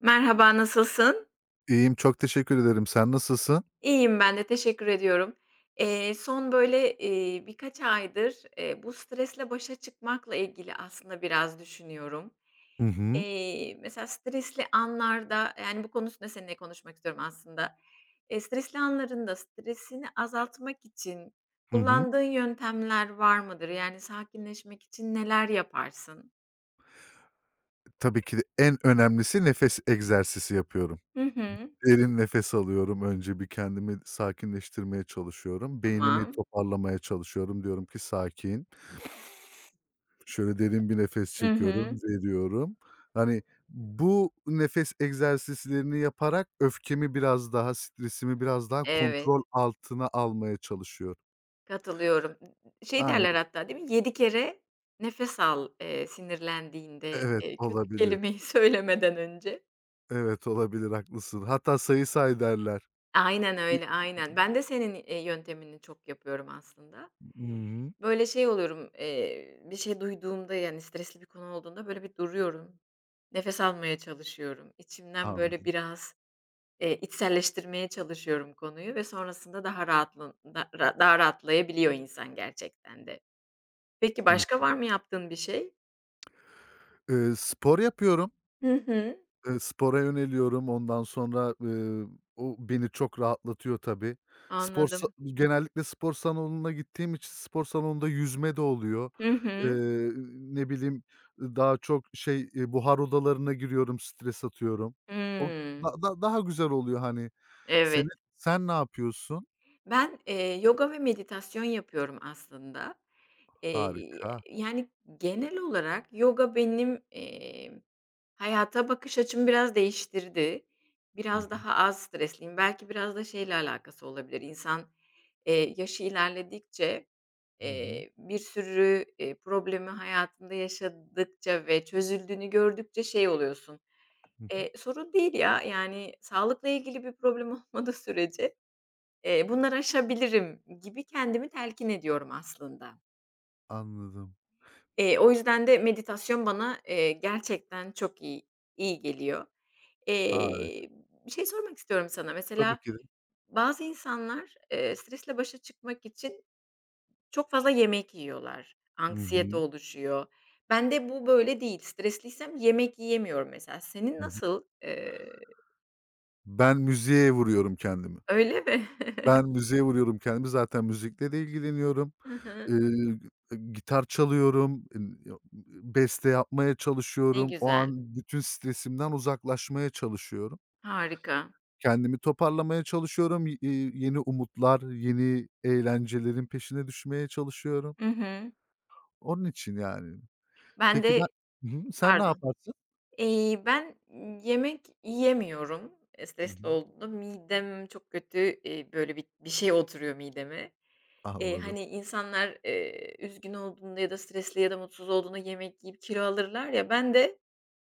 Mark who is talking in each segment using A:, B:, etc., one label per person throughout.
A: Merhaba, nasılsın?
B: İyiyim, çok teşekkür ederim. Sen nasılsın?
A: İyiyim ben de, teşekkür ediyorum. Son, böyle, birkaç aydır, bu stresle başa çıkmakla ilgili aslında biraz düşünüyorum.
B: Hı hı.
A: Mesela stresli anlarda, yani, bu konusunda üstünde seninle konuşmak istiyorum aslında. Stresli anlarında stresini azaltmak için
B: Hı hı.
A: kullandığın yöntemler var mıdır? Yani, sakinleşmek için neler yaparsın?
B: Tabii ki de en önemlisi nefes egzersizi yapıyorum.
A: Hı hı.
B: Derin nefes alıyorum önce, bir kendimi sakinleştirmeye çalışıyorum. Beynimi
A: Tamam.
B: toparlamaya çalışıyorum. Diyorum ki sakin. Şöyle derin bir nefes
A: Hı
B: çekiyorum,
A: hı.
B: veriyorum. Hani, bu nefes egzersizlerini yaparak öfkemi biraz daha, stresimi biraz daha
A: Evet.
B: kontrol altına almaya çalışıyorum.
A: Katılıyorum. Şey derler
B: Aynen.
A: hatta değil mi? 7 kere nefes al, sinirlendiğinde,
B: Evet,
A: kötü
B: olabilir.
A: kelimeyi söylemeden önce.
B: Evet, olabilir, haklısın. Hatta sayı say derler.
A: Aynen öyle, aynen. Ben de senin yöntemini çok yapıyorum aslında.
B: Hı hı.
A: Böyle şey oluyorum bir şey duyduğumda yani stresli bir konu olduğunda böyle bir duruyorum. Nefes almaya çalışıyorum. İçimden böyle
B: Anladım.
A: biraz içselleştirmeye çalışıyorum konuyu ve sonrasında daha rahatlan da ra daha rahatlayabiliyor insan gerçekten de. Peki
B: Hı.
A: başka var mı yaptığın bir şey?
B: Spor yapıyorum.
A: Hı hı.
B: Spora yöneliyorum. Ondan sonra, o beni çok rahatlatıyor tabii. Spor sa
A: Anladım.
B: Genellikle spor salonuna gittiğim için spor salonunda yüzme de oluyor.
A: Hı hı.
B: Eee, ne bileyim, daha çok şey, buhar odalarına giriyorum, stres atıyorum. O
A: Hımm.
B: da daha güzel oluyor, hani. Senin
A: Evet.
B: sen ne yapıyorsun?
A: Ben yoga ve meditasyon yapıyorum aslında. Eee,
B: Harika.
A: Yani, genel olarak yoga benim hayata bakış açımı biraz değiştirdi.
B: Hı
A: Biraz
B: hı.
A: daha az stresliyim. Belki biraz da şeyle alakası olabilir. İnsan yaşı ilerledikçe
B: Hı hı.
A: bir sürü problemi hayatında yaşadıkça ve çözüldüğünü gördükçe şey oluyorsun.
B: Hı hı.
A: Sorun değil ya, yani, sağlıkla ilgili bir problem olmadığı sürece bunları aşabilirim gibi kendimi telkin ediyorum aslında.
B: Anladım.
A: O yüzden de meditasyon bana gerçekten çok iyi geliyor.
B: Harika.
A: Eee, Bir şey sormak istiyorum sana.
B: Tabii
A: Mesela
B: ki de.
A: bazı insanlar stresle başa çıkmak için çok fazla yemek yiyorlar.
B: Hı
A: Anksiyete
B: hı.
A: oluşuyor. Bende bu böyle değil. Stresliysem yemek yiyemiyorum mesela. Senin
B: Hı hı.
A: nasıl?
B: Ben müziğe vuruyorum kendimi.
A: Öyle mi?
B: Ben müziğe vuruyorum kendimi. Zaten müzikle de ilgileniyorum.
A: Hı hı.
B: Eee, gitar çalıyorum, beste yapmaya
A: Ne
B: çalışıyorum. O
A: güzel,
B: an bütün stresimden uzaklaşmaya çalışıyorum.
A: harika.
B: Kendimi toparlamaya çalışıyorum. Y Yeni umutlar, yeni eğlencelerin peşine düşmeye çalışıyorum.
A: Hı hı.
B: Onun için yani.
A: Ben
B: Peki ben.
A: de
B: Hı hı. Sen ne
A: Pardon.
B: yaparsın?
A: Ben yemek yiyemiyorum
B: Hı
A: stresli
B: hı.
A: olduğumda. Midem çok kötü böyle, bir şey oturuyor mideme.
B: Anladım.
A: Hani, insanlar üzgün olduğunda ya da stresli ya da mutsuz olduğunda yemek yiyip kilo alırlar ya, ben de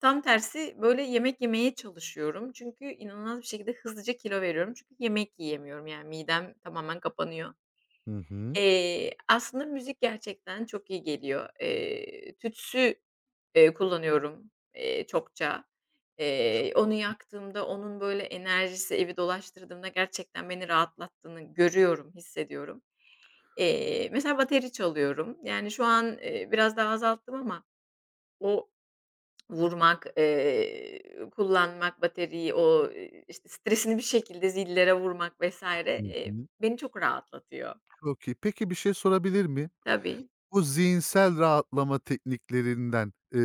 A: tam tersi, böyle, yemek yemeye çalışıyorum. Çünkü inanılmaz bir şekilde hızlıca kilo veriyorum. Çünkü yemek yiyemiyorum, yani midem tamamen kapanıyor.
B: Hı hı.
A: Aslında müzik gerçekten çok iyi geliyor. Tütsü kullanıyorum çokça. Onu yaktığımda onun böyle enerjisi evi dolaştırdığımda gerçekten beni rahatlattığını görüyorum, hissediyorum. Mesela bateri çalıyorum. Yani şu an biraz daha azalttım ama o vurmak kullanmak bateriyi, o işte, stresini bir şekilde zillere vurmak vs.
B: Hı hı.
A: Beni çok rahatlatıyor.
B: Çok iyi. Peki bir şey sorabilir miyim?
A: Tabii.
B: Bu zihinsel rahatlama tekniklerinden,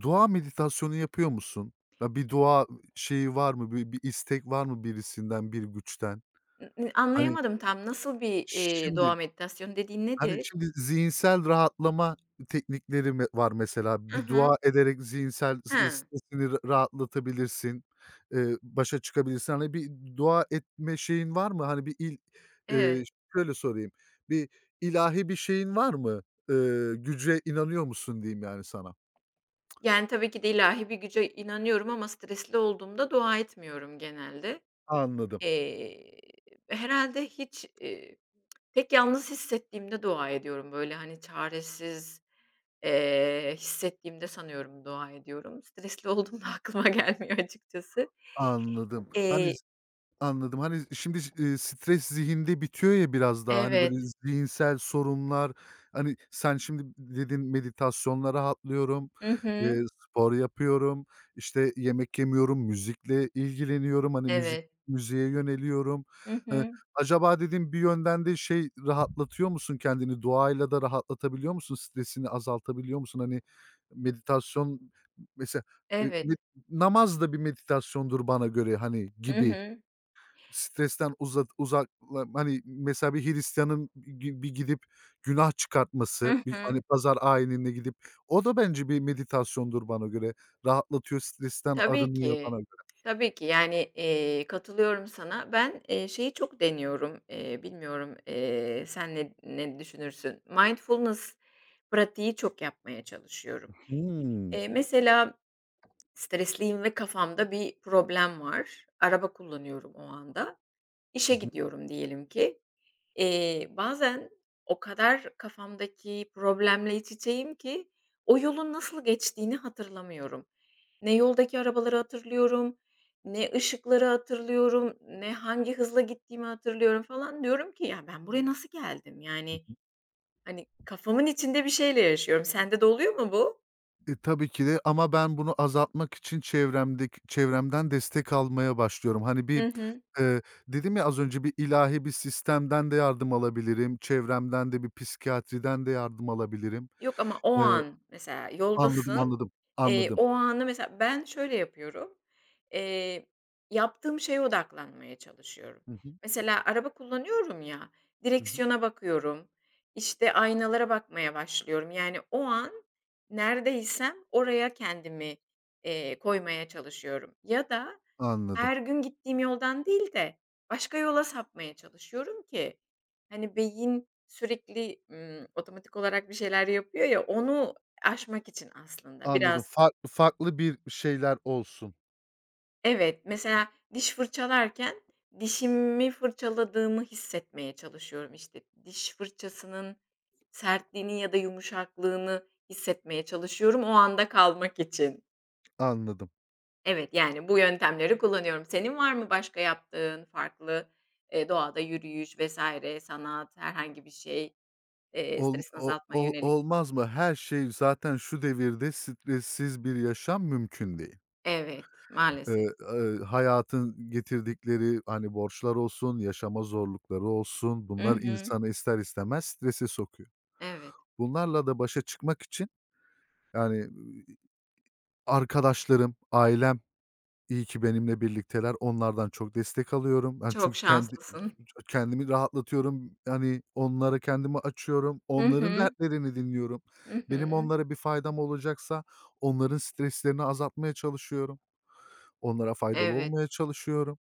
B: dua meditasyonu yapıyor musun? Ya, bir dua şeyi var mı? Bir istek var mı birisinden, bir güçten?
A: N n
B: Hani,
A: Anlayamadım tam. Nasıl bir
B: şimdi.
A: doğa meditasyonu dediğin
B: Hani,
A: nedir?
B: şimdi zihinsel rahatlama teknikleri var mesela.
A: I
B: Bir
A: hı.
B: dua ederek zihinsel
A: He,
B: stresini rahatlatabilirsin, başa çıkabilirsin. Hani, bir dua etme şeyin var mı? Hani, bir eee,
A: evet.
B: şöyle sorayım, bir ilahi bir şeyin var mı? Güce inanıyor musun diyeyim yani sana?
A: Yani, tabii ki de ilahi bir güce inanıyorum ama stresli olduğumda dua etmiyorum genelde.
B: Anladım,
A: Eee, Herhâlde hiç tek yalnız hissettiğimde dua ediyorum. Böyle, hani, çaresiz hissettiğimde sanıyorum dua ediyorum. Stresli olduğumda aklıma gelmiyor açıkçası.
B: anladım. Hani.
A: Eee
B: Anladım. Hani, şimdi stres zihinde bitiyor ya biraz daha, hani, böyle
A: Evet.
B: zihinsel sorunlar, hani, sen şimdi dedin meditasyonla rahatlıyorum,
A: Hı hı.
B: spor yapıyorum, işte, yemek yemiyorum, müzikle ilgileniyorum, hani,
A: Evet.
B: müziğe yöneliyorum.
A: Hı
B: Eee,
A: hı.
B: acaba dedim bir yönden de şey rahatlatıyor musun kendini? Duayla da rahatlatabiliyor musun? Stresini azaltabiliyor musun? Hani, meditasyon mesela, eee, me
A: Evet.
B: namaz da bir meditasyondur bana göre, hani,
A: Hı
B: gibi.
A: hı.
B: Stresten uzak, hani, mesela bir Hristiyan'ın bir gidip günah çıkartması,
A: Hı
B: bir,
A: hı.
B: hani, pazar ayinine gidip o da bence bir meditasyondur bana göre. Rahatlatıyor, stresten
A: Tabii
B: arınıyor bana
A: ki.
B: göre.
A: Tabii ki. Yani katılıyorum sana. Ben şeyi çok deniyorum bilmiyorum sen ne düşünürsün? Mindfulness pratiği çok yapmaya çalışıyorum.
B: Hımm.
A: Mesela stresliyim ve kafamda bir problem var. Araba kullanıyorum o anda.
B: Hı
A: İşe
B: hı.
A: gidiyorum diyelim ki. Bazen o kadar kafamdaki problemle iç içeyim ki o yolun nasıl geçtiğini hatırlamıyorum. Ne yoldaki arabaları hatırlıyorum, ne ışıkları hatırlıyorum, ne hangi hızla gittiğimi hatırlıyorum falan. Diyorum ki ya ben buraya nasıl geldim? Yani, hani, kafamın içinde bir şeyle yaşıyorum. Sende de oluyor mu bu?
B: E, tabii ki de ama ben bunu azaltmak için çevremden destek almaya başlıyorum. Hani, bir,
A: Hı hı.
B: eee, dedim ya az önce bir ilahi bir sistemden de yardım alabilirim, çevremden de bir psikiyatriden de yardım alabilirim.
A: Yok ama o
B: Eee,
A: an mesela
B: anladım,
A: yoldasın.
B: anladım, anladım.
A: O anı mesela ben şöyle yapıyorum. Eee, Yaptığım şeye odaklanmaya çalışıyorum.
B: Hı hı.
A: Mesela araba kullanıyorum ya,
B: Hı hı.
A: direksiyona bakıyorum, işte, aynalara bakmaya başlıyorum. Yani o an neredeysem oraya kendimi koymaya çalışıyorum ya da
B: Anladım,
A: her gün gittiğim yoldan değil de başka yola sapmaya çalışıyorum ki, hani, beyin sürekli otomatik olarak bir şeyler yapıyor ya, onu aşmak için aslında
B: anladım.
A: biraz.
B: Farklı farklı bir şeyler olsun.
A: Evet, mesela diş fırçalarken dişimi fırçaladığımı hissetmeye çalışıyorum. İşte, diş fırçasının sertliğini ya da yumuşaklığını hissetmeye çalışıyorum o anda kalmak için.
B: Anladım.
A: Evet, yani, bu yöntemleri kullanıyorum. Senin var mı başka yaptığın farklı doğada yürüyüş vesaire, sanat, herhangi bir şey
B: Ol
A: stresini
B: o
A: azaltmaya
B: ol
A: yönelik?
B: Olmaz mı? Her şey zaten şu devirde stressiz bir yaşam mümkün değil.
A: Evet,
B: Eee,
A: maalesef.
B: hayatın getirdikleri, hani, borçlar olsun, yaşama zorlukları olsun,
A: I
B: bunlar
A: hı,
B: insanı ister istemez strese sokuyor.
A: evet.
B: Bunlarla da başa çıkmak için, yani, arkadaşlarım, ailem. İyi ki benimle birlikteler. Onlardan çok destek alıyorum. Hani,
A: Çok
B: çünkü
A: şanslısın.
B: kendimi rahatlatıyorum. Hani, onlara kendimi açıyorum.
A: Hı
B: Onların
A: hı,
B: dertlerini dinliyorum.
A: hı
B: Benim
A: hı.
B: onlara bir faydam olacaksa onların streslerini azaltmaya çalışıyorum. Onlara faydalı
A: Evet.
B: olmaya çalışıyorum.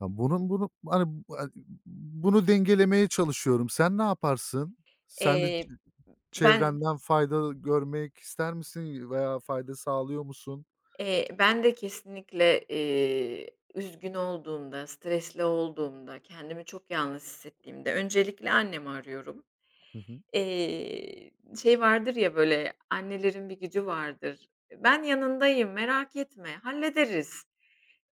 B: Ya, bunu, hani, hani bunu dengelemeye çalışıyorum. Sen ne yaparsın? Sen de
A: Eee, ben,
B: çevrenden fayda görmek ister misin veya fayda sağlıyor musun?
A: ben de kesinlikle üzgün olduğumda, stresli olduğumda, kendimi çok yalnız hissettiğimde öncelikle annemi arıyorum.
B: Hı hı.
A: Eee, Şey vardır ya, böyle, annelerin bir gücü vardır. "Ben yanındayım, merak etme, hallederiz."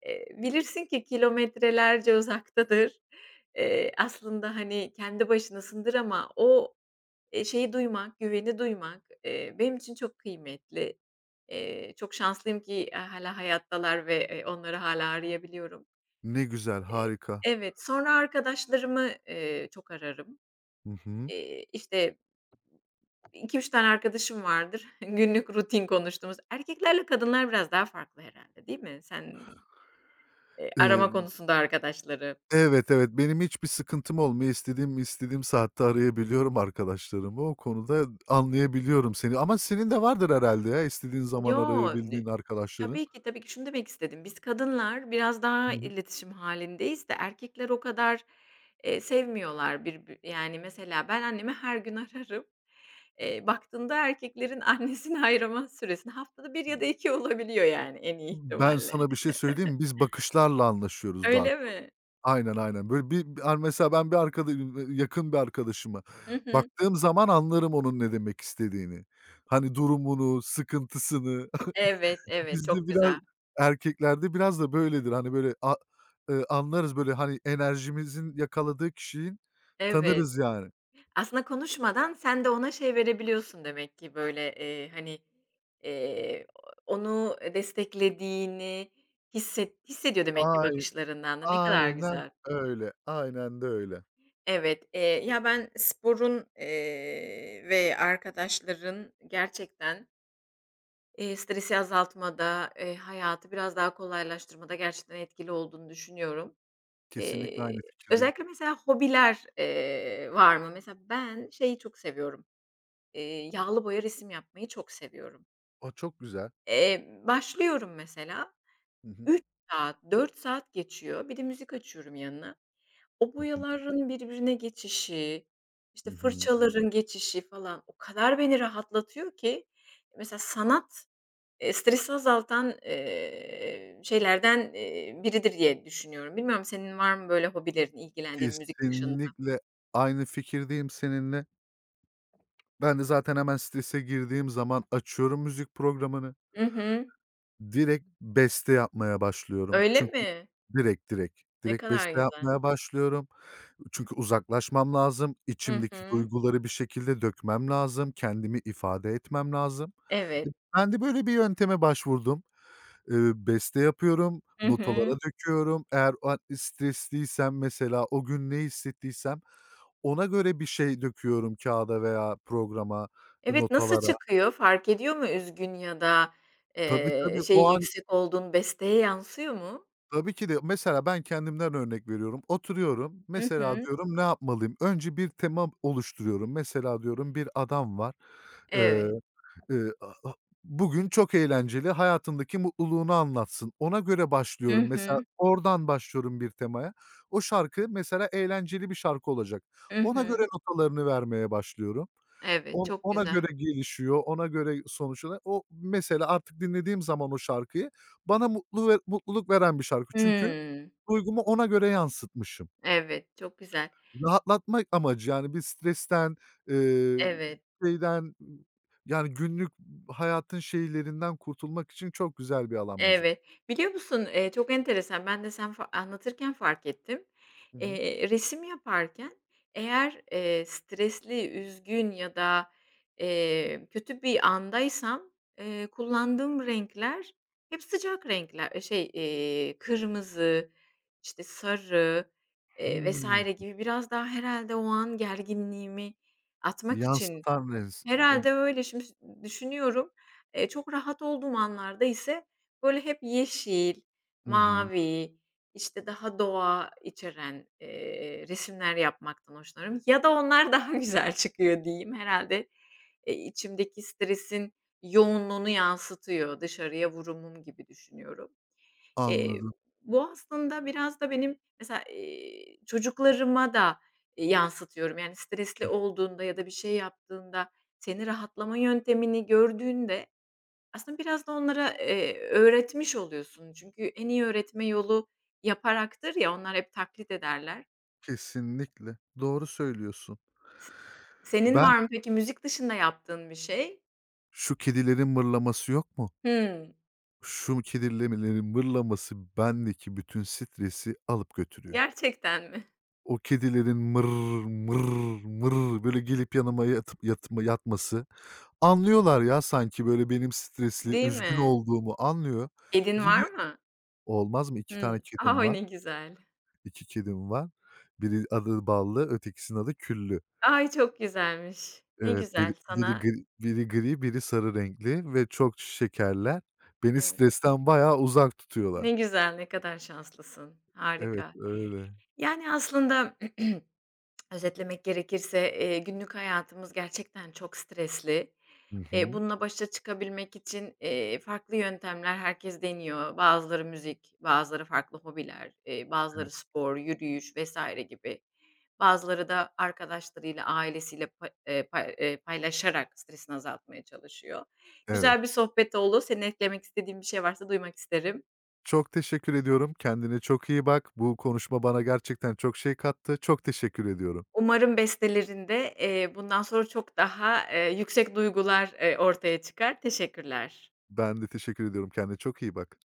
A: Bilirsin ki kilometrelerce uzaktadır. Aslında, hani, kendi başınasındır ama o şeyi duymak, güveni duymak benim için çok kıymetli. Çok şanslıyım ki hala hayattalar ve onları hala arayabiliyorum.
B: Ne güzel,
A: Eee
B: harika.
A: Evet, sonra arkadaşlarımı çok ararım.
B: Hı hı.
A: İşte 2 üç tane arkadaşım vardır. Günlük rutin konuştuğumuz. Erkeklerle kadınlar biraz daha farklı herhalde değil mi? Sen arama konusunda arkadaşları.
B: Evet, evet. Benim hiçbir sıkıntım olmuyor. İstediğim saatte arayabiliyorum arkadaşlarımı. O konuda anlayabiliyorum seni ama senin de vardır herhalde ya istediğin zaman
A: Yo, n
B: arayabildiğin arkadaşların.
A: tabii ki, tabii ki. Şunu demek istedim. Biz kadınlar biraz
B: Hı
A: daha
B: hı.
A: iletişim halindeyiz de erkekler o kadar sevmiyorlar yani, mesela ben annemi her gün ararım. Baktığında erkeklerin annesini ayırma süresini haftada bir ya da 2 olabiliyor yani en iyi
B: Ben
A: ihtimalle.
B: sana bir şey söyleyeyim mi? Biz bakışlarla anlaşıyoruz daha
A: Öyle
B: çok.
A: mi?
B: Aynen, aynen. Böyle bir mesela ben bir arkada yakın bir arkadaşıma
A: Hı hı.
B: baktığım zaman anlarım onun ne demek istediğini. Hani durumunu, sıkıntısını.
A: Evet, evet.
B: Bizde
A: Çok
B: biraz
A: güzel.
B: Erkeklerde biraz da böyledir. Hani, böyle, anlarız, böyle, hani, enerjimizin yakaladığı kişiyi
A: Evet.
B: tanırız yani.
A: Aslında konuşmadan sen de ona şey verebiliyorsun demek ki, böyle hani, eee, onu desteklediğini hissediyor demek ki
B: Ay
A: bakışlarından da. Ne kadar
B: aynen
A: güzel.
B: öyle, aynen de öyle.
A: Evet. Ya, ben sporun ve arkadaşların gerçekten stresi azaltmada hayatı biraz daha kolaylaştırmada gerçekten etkili olduğunu düşünüyorum.
B: Kesinlikle
A: Eee,
B: aynı fikirdeyim.
A: Özellikle mesela hobiler var mı? Mesela ben şeyi çok seviyorum. Yağlı boya resim yapmayı çok seviyorum.
B: O çok güzel.
A: Başlıyorum mesela,
B: Hı hı.
A: 3 saat, 4 saat geçiyor. Bir de müzik açıyorum yanına. O
B: Hı hı.
A: boyaların birbirine geçişi,
B: Hı
A: işte,
B: hı.
A: fırçaların geçişi falan o kadar beni rahatlatıyor ki mesela sanat stresi azaltan şeylerden biridir diye düşünüyorum. Bilmiyorum senin var mı böyle hobilerin, ilgilendiğin müzik dışında?
B: Kesinlikle aynı fikirdeyim seninle. Ben de zaten hemen strese girdiğim zaman açıyorum müzik programını.
A: Hı hı.
B: Direkt beste yapmaya başlıyorum.
A: Öyle
B: Çünkü
A: mi? Ne
B: direkt
A: kadar
B: beste
A: güzel.
B: yapmaya başlıyorum. Çünkü uzaklaşmam lazım,
A: Hı
B: içimdeki
A: hı.
B: duyguları bir şekilde dökmem lazım, kendimi ifade etmem lazım. E,
A: Evet.
B: ben de böyle bir yönteme başvurdum. Beste yapıyorum,
A: Hı hı.
B: notalara döküyorum. Eğer o an stresliysem mesela o gün ne hissettiysem ona göre bir şey döküyorum kağıda veya programa, e,
A: Evet, nasıl
B: notalara.
A: çıkıyor? Fark ediyor mu üzgün ya da
B: Tabii, tabii. O
A: şey
B: an.
A: yüksek olduğun besteye yansıyor mu?
B: Tabii ki de. Mesela ben kendimden örnek veriyorum. Oturuyorum,
A: Hı
B: mesela
A: hı.
B: diyorum ne yapmalıyım? Önce bir tema oluşturuyorum. Mesela diyorum bir adam var. Eee,
A: Evet.
B: a a bugün çok eğlenceli, hayatındaki mutluluğunu anlatsın. Ona göre
A: Hı
B: başlıyorum. Mesela
A: hı.
B: oradan başlıyorum bir temaya. O şarkı mesela eğlenceli bir şarkı olacak.
A: Hı
B: Ona
A: hı.
B: göre notalarını vermeye başlıyorum.
A: Evet, çok
B: Ona
A: güzel.
B: göre gelişiyor, ona göre sonuçlanıyor. O mesela artık dinlediğim zaman o şarkıyı bana mutlu ve mutluluk veren bir şarkı. Çünkü
A: Hımm.
B: duygumu ona göre yansıtmışım.
A: Evet, çok güzel.
B: Rahatlatmak amacı, yani, bir stresten, eee,
A: Evet.
B: şeyden, yani, günlük hayatın şeylerinden kurtulmak için çok güzel bir alan müzik.
A: Evet. Biliyor musun çok enteresan, ben de sen anlatırken fark ettim.
B: Hı hı.
A: Resim yaparken eğer stresli, üzgün ya da kötü bir andaysam kullandığım renkler hep sıcak renkler şey kırmızı, işte, sarı
B: Hımm.
A: vs. gibi biraz daha herhalde o an gerginliğimi atmak için.
B: Yansıtan res renk.
A: Herhâlde öyle. Şimdi düşünüyorum çok rahat olduğum anlarda ise, böyle, hep yeşil,
B: Hı hı.
A: mavi, işte, daha doğa içeren resimler yapmaktan hoşlanırım ya da onlar daha güzel çıkıyor diyeyim. Herhâlde içimdeki stresin yoğunluğunu yansıtıyor, dışarıya vurumum gibi düşünüyorum. Eee,
B: Anladım.
A: Bu aslında biraz da benim mesela çocuklarıma da, yansıtıyorum. Yani stresli olduğunda ya da bir şey yaptığında seni rahatlama yöntemini gördüğünde aslında biraz da onlara öğretmiş oluyorsun. Çünkü en iyi öğretme yolu yaparaktır ya, onlar hep taklit ederler.
B: Kesinlikle. Doğru söylüyorsun.
A: S Senin
B: Ben.
A: var mı peki müzik dışında yaptığın bir şey?
B: "Şu kedilerin mırlaması yok mu?
A: Hımm.
B: Şu kedilerin mırlaması bendeki bütün stresi alıp götürüyor."
A: Gerçekten mi?
B: O kedilerin "mır, mır, mır" böyle gelip yanıma yatıp yatma yatması. Anlıyorlar ya sanki böyle benim stresli,
A: Değil
B: üzgün
A: mi?
B: olduğumu anlıyor.
A: Kedin var
B: Geliyor.
A: mı?
B: Olmaz mı? 2 tane
A: Hımm.
B: kedim
A: Ay,
B: var.
A: ne güzel.
B: İki kedim var. Biri adı Ballı, ötekisinin adı Küllü.
A: Ay, çok güzelmiş. Ne
B: Evet,
A: güzel sana.
B: biri gri, biri sarı renkli ve çok şekerler. Beni
A: Evet.
B: stresten bayağı uzak tutuyorlar.
A: Ne güzel, ne kadar şanslısın.
B: Evet,
A: Harika.
B: öyle.
A: Yani aslında özetlemek gerekirse günlük hayatımız gerçekten çok stresli.
B: Hı hı.
A: Bununla başa çıkabilmek için farklı yöntemler herkes deniyor. Bazıları müzik, bazıları farklı hobiler bazıları
B: Evet,
A: spor, yürüyüş vesaire gibi. Bazıları da arkadaşlarıyla, ailesiyle pa pay paylaşarak stresini azaltmaya çalışıyor. Güzel bir
B: evet.
A: sohbet oldu. Senin eklemek istediğin bir şey varsa duymak isterim.
B: Çok teşekkür ediyorum. Kendine çok iyi bak. Bu konuşma bana gerçekten çok şey kattı. Çok teşekkür ediyorum.
A: Umarım bestelerinde bundan sonra çok daha yüksek duygular ortaya çıkar. Teşekkürler.
B: Ben de teşekkür ediyorum. Kendine çok iyi bak.